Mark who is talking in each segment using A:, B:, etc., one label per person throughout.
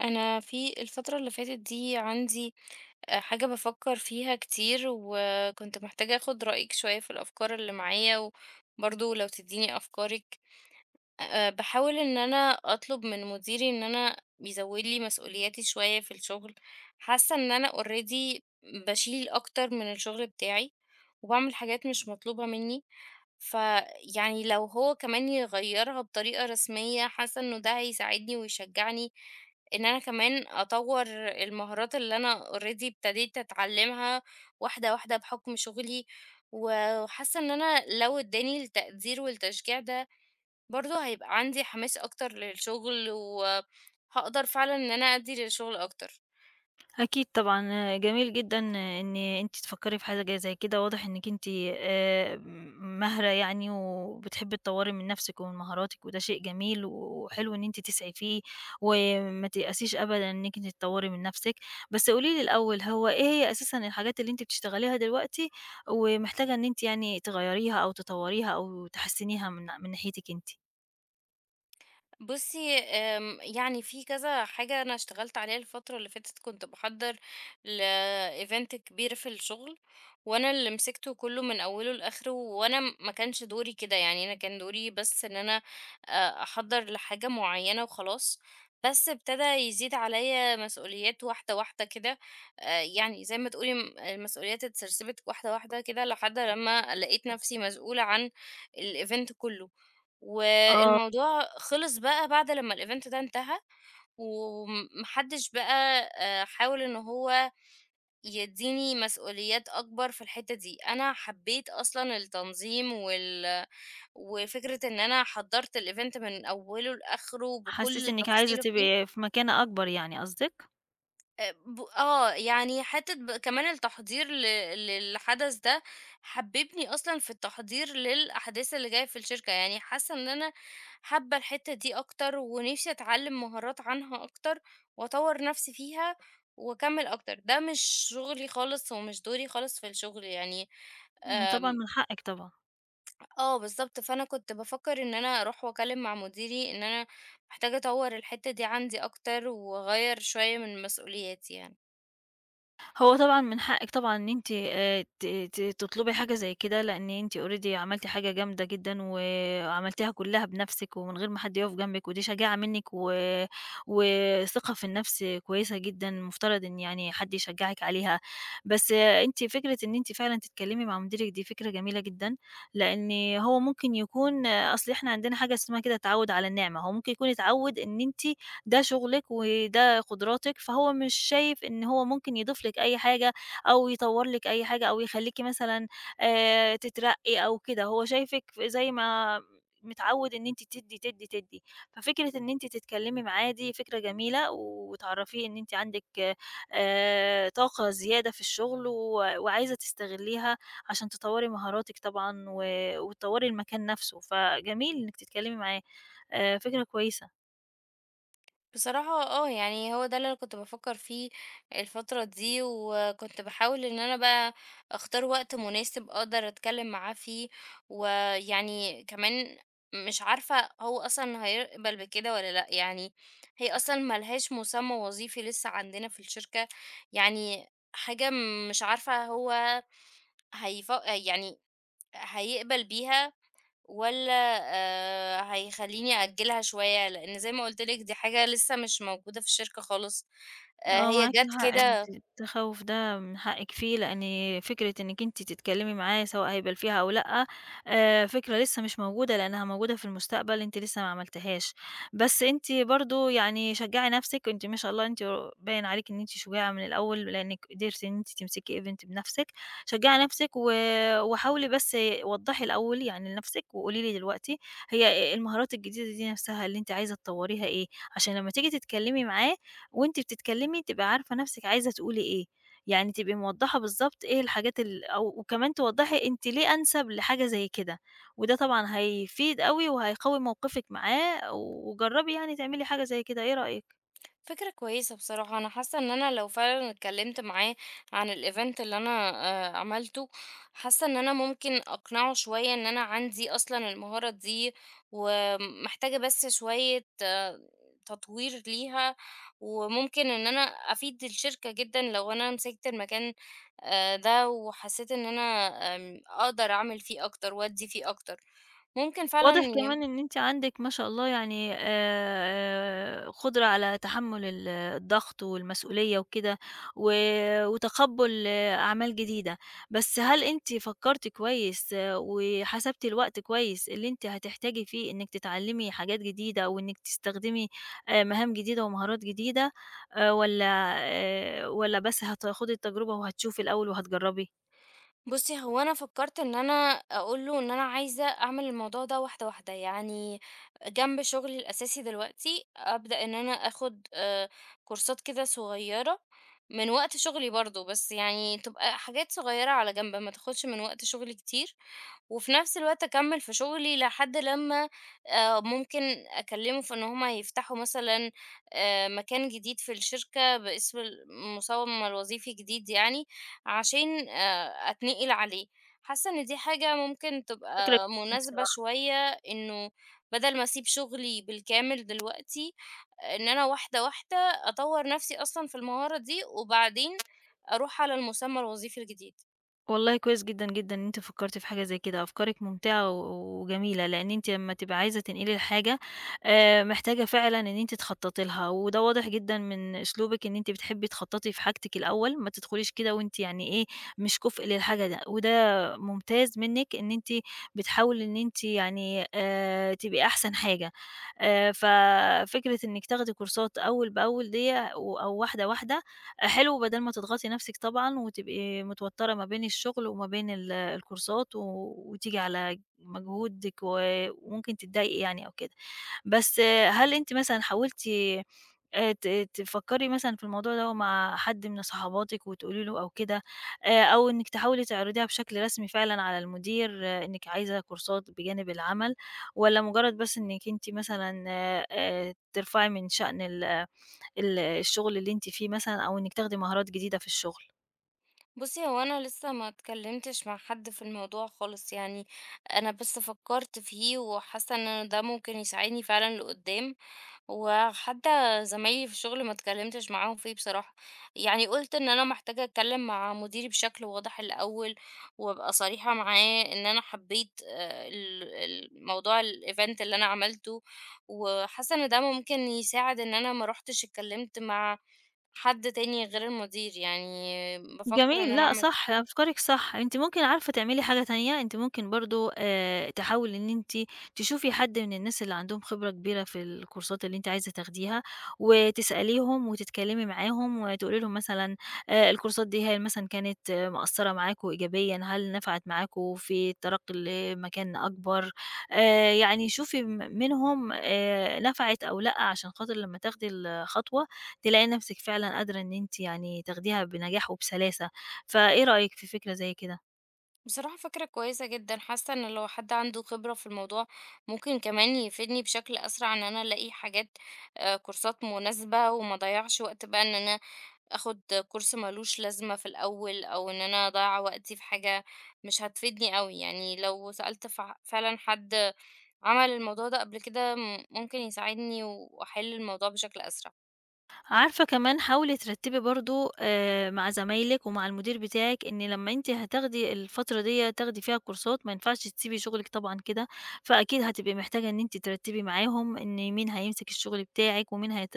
A: أنا في الفترة اللي فاتت دي عندي حاجة بفكر فيها كتير وكنت محتاجة أخد رأيك شوية في الأفكار اللي معايا وبرضه لو تديني أفكارك. باحاول إن أنا أطلب من مديري إن أنا يزوّد لي مسؤولياتي شوية في الشغل، حاسة إن أنا already باشيل أكتر من الشغل بتاعي، وباعمل حاجات مش مطلوبة منّي، فيعني لو هو كمان يغيّرها بطريقة رسمية، حاسة إنه ده هيساعدني ويشجعني إن أنا كمان أطوّر المهارات اللي أنا already ابتديت أتعلّمها واحدة، واحدة بحُكم شغلي، وحاسة إن أنا لو ادّاني التقدير والتشجيع ده برضه هيبقى عندي حماس أكتر للشغل، وهاقدر فعلًا إن أنا أدّي للشغل أكتر.
B: أكيد طبعًا، جميل جدًا إن أنتِ تفكّري في حاجة زي كده، واضح إنِّك أنتِ ماهرة يعني وبتحبّي تطوّري من نَفْسِك ومن مهاراتِك وده شيء جميل وحلو إن أنتِ تسعي فيه وما تيأسيش أبدًا إنِّك أنتِ تطوّري من نَفْسِك، بس قولي لي الأول هو إيه هي أساسًا الحاجات اللي أنتِ بتشتغليها دلوقتي ومحتاجة إن أنتِ يعني تغيّريها أو تطوّريها أو تحسّنيها من ناحيتِك أنتِ؟
A: بُصّي، يعني في كذا حاجة أنا اشتغلت عليها الفترة اللي فاتت، كنت باحضّر لevent كبير في الشغل، وأنا اللي مسكته كلّه من أوله لآخره، وأنا ما كانش دوري كده، يعني أنا كان دوري بس إن أنا أحضّر لحاجة معيّنة وخلاص، بس ابتدى يزيد عليَّ مسؤوليات واحدة، واحدة كده. يعني زي ما تقولي المسؤوليات اتسرسبت واحدة، واحدة كده لحد لمّا لقيت نفسي مسؤولة عن الevent كلّه.
B: آه،
A: والموضوع خلص بقى بعد لمّا الevent ده انتهى، وما حدش بقى حاول إن هو يدّيني مسؤوليات أكبر في الحتّة دي. أنا حبّيت أصلًا التنظيم وفكرة إن أنا حضّرت الevent من أوّله لآخره
B: حسّيتِ
A: بكل
B: إنِّك عايزة
A: تفصيلة
B: تبقي
A: فيه.
B: في مكانة أكبر يعني قصدِك؟
A: ب آه، يعني حتّة كمان التحضير للحدث ده، حبّبني أصلًا في التحضير للأحداث اللي جاية في الشركة، يعني حاسّة إن أنا حابّة الحتّة دي أكتر ونِفْسي أتعلِّم مهارات عنها أكتر وأطوّر نَفْسي فيها وأكمّل أكتر. ده مش شُغلي خالص ومش دوري خالص في الشغل يعني.
B: طبعًا
A: آمم
B: من حقِّك طبعًا.
A: آه، بالضبط، فأنا كنت بافكّر إن أنا أروح وأكلِّم مع مديري إن أنا محتاجة أطوّر الحتّة دي عندي أكتر وأغيّر شوية من مسؤولياتي يعني.
B: هو طبعًا من حقِّك طبعًا إن أنتِ ت ت تطلبي حاجة زي كده، لإن أنتِ already عملتِ حاجة جامدة جدًا وعملتيها كلّها بنَفْسِك ومن غير ما حد يُقف جنبِك، ودي شجاعة منِّك و وثقة في النَفْس كويسة جدًا، المفترض إن يعني حد يشجّعِك عليها. بس أنتِ فكرة إن أنتِ فعلًا تتكلّمي مع مديرِك دي فكرة جميلة جدًا، لإن هو ممكن يكون أصل إحنا عندنا حاجة اسمها كده تعوُّد على النِّعمة، هو ممكن يكون اتعوّد إن أنتِ ده شغلِك وده قدراتِك، فهو مش شايف إن هو ممكن يضيف لِك أي حاجة أو يطوّر لِك أي حاجة أو يخلّيكِ مثلًا تترقّي أو كده، هو شايفِك زي ما متعوّد إن أنتِ تدّي، تدّي، تدّي، ففكرة إن أنتِ تتكلّمي معاه دي فكرة جميلة وتعرّفيه إن أنتِ عندِك طاقة زيادة في الشغل و وعايزة تستغلّيها عشان تطوّري مهاراتِك طبعًا و وتطوّري المكان نَفْسه، فجميل إنِّك تتكلّمي معاه، فكرة كويسة.
A: بصراحة آه، يعني هو ده اللي أنا كنت بافكّر فيه الفترة دي، وكنت باحاول إن أنا بقى أختار وقت مناسب أقدر أتكلّم معاه فيه، ويعني كمان مش عارفة هو أصلًا هيقبل بكده والّا لأ، يعني هي أصلًا ما لهاش مسمى وظيفي لسه عندنا في الشركة، يعني حاجة مش عارفة هو يعني هيقبل بيها والّا هيخلّيني أأجّلها شوية؟ لإن زي ما قُلت لِك دي حاجة لسه مش موجودة في الشركة خالص.
B: آه،
A: هي
B: معاكِ
A: جات
B: حق،
A: كده.
B: أنتِ التخوُّف ده من حقِّك فيه، لإن فكرة إنِّك أنتِ تتكلّمي معاه سواء هيبال فيها أو لأ، فكرة لسه مش موجودة لإنّها موجودة في المستقبل، أنتِ لسه ما عملتيهاش. بس أنتِ برضه يعني شجّعي نَفْسِك، أنتِ ما شاء الله أنتِ باين عليكِ إن أنتِ شجاعة من الأول، لإنِّك قدرتِ إن أنتِ تمسكي event بنَفْسِك. شجّعي نَفْسِك و وحاولي بس وضّحي الأول يعني لنَفْسِك وقولي لي دلوقتي هي المهارات الجديدة دي نَفْسها اللي أنتِ عايزة تطوّريها إيه، عشان لمّا تيجي تتكلّمي معاه وأنتِ بتتكلمي تبقى عارفة نفسِك عايزة تقولي إيه، يعني تبقي موضّحة بالضبط إيه الحاجات أو وكمان توضّحي أنتِ ليه أنسب لحاجة زي كده، وده طبعًا هيفيد أوي وهيقوي موقفِك معاه، وجرّبي يعني تعملي حاجة زي كده، إيه رأيِك؟
A: فكرة كويسة بصراحة. أنا حاسة إن أنا لو فعلا اتكلمت معاه عن الإيفنت اللي أنا عملته. حاسة إن أنا ممكن أقنعه شوية إن أنا عندي أصلا المهارة دي ومحتاجة بس شوية تطوير ليها، وممكن إن أنا أفيد الشركة جدا لو أنا مسكت المكان ده. وحسيت إن أنا أقدر أعمل فيه أكتر وأدي فيه أكتر ممكن فعلا.
B: واضح كمان إن أنتِ عندِك ما شاء الله يعني قدرة على تحمُّل الضغط والمسؤولية وكده، و وتقبُّل أعمال جديدة، بس هل أنتِ فكّرتِ كويس وحسبتِ الوقت كويس اللي أنتِ هتحتاجي فيه إنِّك تتعلّمي حاجات جديدة أو إنِّك تستخدمي مهام جديدة ومهارات جديدة آآ، والّا والّا بس هتاخدي التجربة وهتشوفي الأول وهتجرّبي؟
A: بُصّي، هو أنا فكّرت إن أنا أقول له إن أنا عايزة أعمل الموضوع ده واحدة، واحدة، يعني جنب شغلي الأساسي دلوقتي أبدأ إن أنا آخُد كورسات كده صغيّرة من وقت شغلي برضه، بس يعني تبقى حاجات صغيّرة على جنب، ما تاخُدش من وقت شغلي كتير. وفي نفس الوقت أكمّل في شغلي لحد لمّا ممكن أكلّمه في إن هم يفتحوا مثلًا مكان جديد في الشركة باسم المسمى الوظيفي جديد يعني، عشان أتنقل عليه. حاسة إن دي حاجة ممكن
B: فكرة
A: تبقى
B: جميلة
A: مناسبة
B: بصراحة.
A: شوية، إنه بدل ما أسيب شغلي بالكامل دلوقتي، إن أنا واحدة، واحدة أطوّر نفسي أصلًا في المهارة دي، وبعدين أروح على المسمى الوظيفي الجديد.
B: والله كويس جدًا، جدًا إن أنتِ فكّرتِ في حاجة زي كده، أفكارِك ممتعة و وجميلة، لإن أنتِ لمّا تبقى عايزة تنقلي الحاجة محتاجة فعلًا إن أنتِ تخطّطي لها، وده واضح جدًا من أسلوبِك إن أنتِ بتحبي تخطّطي في حاجتِك الأول، ما تدخليش كده وأنتِ يعني إيه، مش كُفء للحاجة ده، وده ممتاز منِّك إن أنتِ بتحاولي إن أنتِ يعني تبقي أحسن حاجة، ففكرة إنِّك تاخدي كورسات أول بأول ديّة و أو واحدة، واحدة حلو بدل ما تضغطي نفسِك طبعًا، وتبقي متوترة ما بين الشغل وما بين الكورسات، و وتيجي على مجهودِك، و وممكن تتضايقي يعني أو كده. بس هل أنتِ مثلًا حاولتِ ت تفكّري مثلًا في الموضوع دوّة مع حد من صحباتِك وتقولي له أو كده، أو إنِّك تحاولي تعرضيها بشكل رسمي فعلًا على المدير إنِّك عايزة كورسات بجانب العمل، والّا مجرد بس إنِّك أنتِ مثلًا ترفعي من شأن ال ال الشغل اللي أنتِ فيه مثلًا أو إنِّك تاخدي مهارات جديدة في الشغل.
A: بُصّي، هو أنا لسه ما اتكلمتش مع حد في الموضوع خالص يعني، أنا بس فكرت فيه وحاسة إن ده ممكن يساعدني فعلًا لقدّام. وحتى زمايلي في الشغل ما اتكلمتش معاهم فيه بصراحة، يعني قُلت إن أنا محتاجة أتكلم مع مديري بشكل واضح الأول، وأبقى صريحة معاه إن أنا حبيت ال الموضوع الevent اللي أنا عملته، وحاسة إن ده ممكن يساعد إن أنا ما رُحتش اتكلمت مع حد تاني غير المدير، يعني بافكر إن
B: جميل،
A: أنا
B: لأ
A: أعمل.
B: صح، أفكارِك صح، أنتِ ممكن عارفة تعملي حاجة تانية، أنتِ ممكن برضه تحاولي إن أنتِ تشوفي حد من الناس اللي عندهم خبرة كبيرة في الكورسات اللي أنتِ عايزة تاخديها، وتسأليهم وتتكلمي معاهم وتقولي لهم مثلًا الكورسات دي هل مثلًا كانت مأثّرة معاكم إيجابيًا، هل نفعت معاكم في الترقّي لمكان أكبر؟ يعني شوفي منهم نفعت أو لأ، عشان خاطر لمّا تاخدي الخطوة تلاقي نفسِك فعلًا قادرة إن أنتِ يعني تاخديها بنجاح وبسلاسة، فإيه رأيِك في فكرة زي كده؟
A: بصراحة فكرة كويسة جدًا. حاسة إن لو حد عنده خبرة في الموضوع ممكن كمان يفيدني بشكل أسرع إن أنا ألاقي حاجات كورسات مناسبة، وما أضيّعش وقت بقى إن أنا آخُد كورس ما لوش لازمة في الأول، أو إن أنا أضيّع وقتي في حاجة مش هتفيدني أوي، يعني لو سألت فعلًا حد عمل الموضوع ده قبل كده ممكن يساعدني وأحِل الموضوع بشكل أسرع.
B: عارفة كمان حاولي ترتبي برضه مع زمايلِك ومع المدير بتاعِك إن لمّا أنتِ هتاخدي الفترة ديّة تاخدي فيها كورسات، ما ينفعش تسيبي شغلِك طبعًا كده، فأكيد هتبقي محتاجة إن أنتِ ترتبي معاهم إن مين هيمسك الشغل بتاعِك، ومين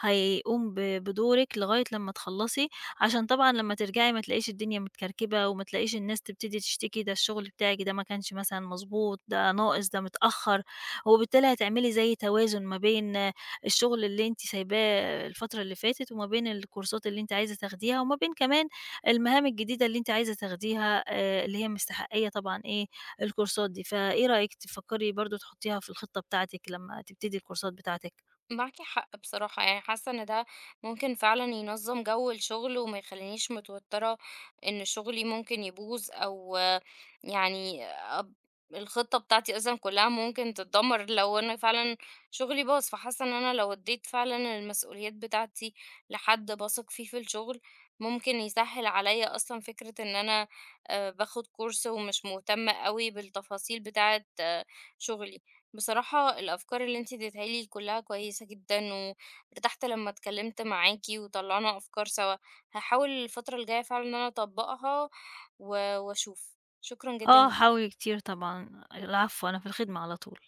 B: هيقوم بدورِك لغاية لمّا تخلّصي، عشان طبعًا لمّا ترجعي ما تلاقيش الدنيا متكركبة، وما تلاقيش الناس تبتدي تشتكي ده الشغل بتاعِك ده ما كانش مثلًا مضبوط، ده ناقص، ده متأخّر، وبالتالي هتعملي زي توازن ما بين الشغل اللي أنتِ سايباه الفترة اللي فاتت، وما بين الكورسات اللي أنتِ عايزة تاخديها، وما بين كمان المهام الجديدة اللي أنتِ عايزة تاخديها اللي هي مستحقية طبعًا إيه، الكورسات دي، فإيه رأيك تفكّري برضه تحطّيها في الخطة بتاعتِك لمّا تبتدي الكورسات بتاعتِك؟
A: معاكِ حق بصراحة، يعني حاسة إن ده ممكن فعلًا ينظّم جو الشغل وما يخلّينيش متوترة إن شغلي ممكن يبوظ. أو يعني الخطة بتاعتي أصلًا كلّها ممكن تتدمر لو أنا فعلًا شغلي باظ. فحاسة إن أنا لو ادّيت فعلًا المسؤوليات بتاعتي لحد باثق فيه في الشغل، ممكن يسهّل عليَّ أصلًا فكرة إن أنا باخد course ومش مهتمة أوي بالتفاصيل بتاعة شغلي. بصراحة الأفكار اللي انتي اديتها لي كلها كويسة جدا، وارتحت لما اتكلمت معاكي وطلعنا أفكار سوا. هحاول الفترة الجاية فعلا إن أنا أطبقها وأشوف. شكرا جدا ليكي.
B: حاولي كتير طبعًا، العفو أنا في الخدمة على طول.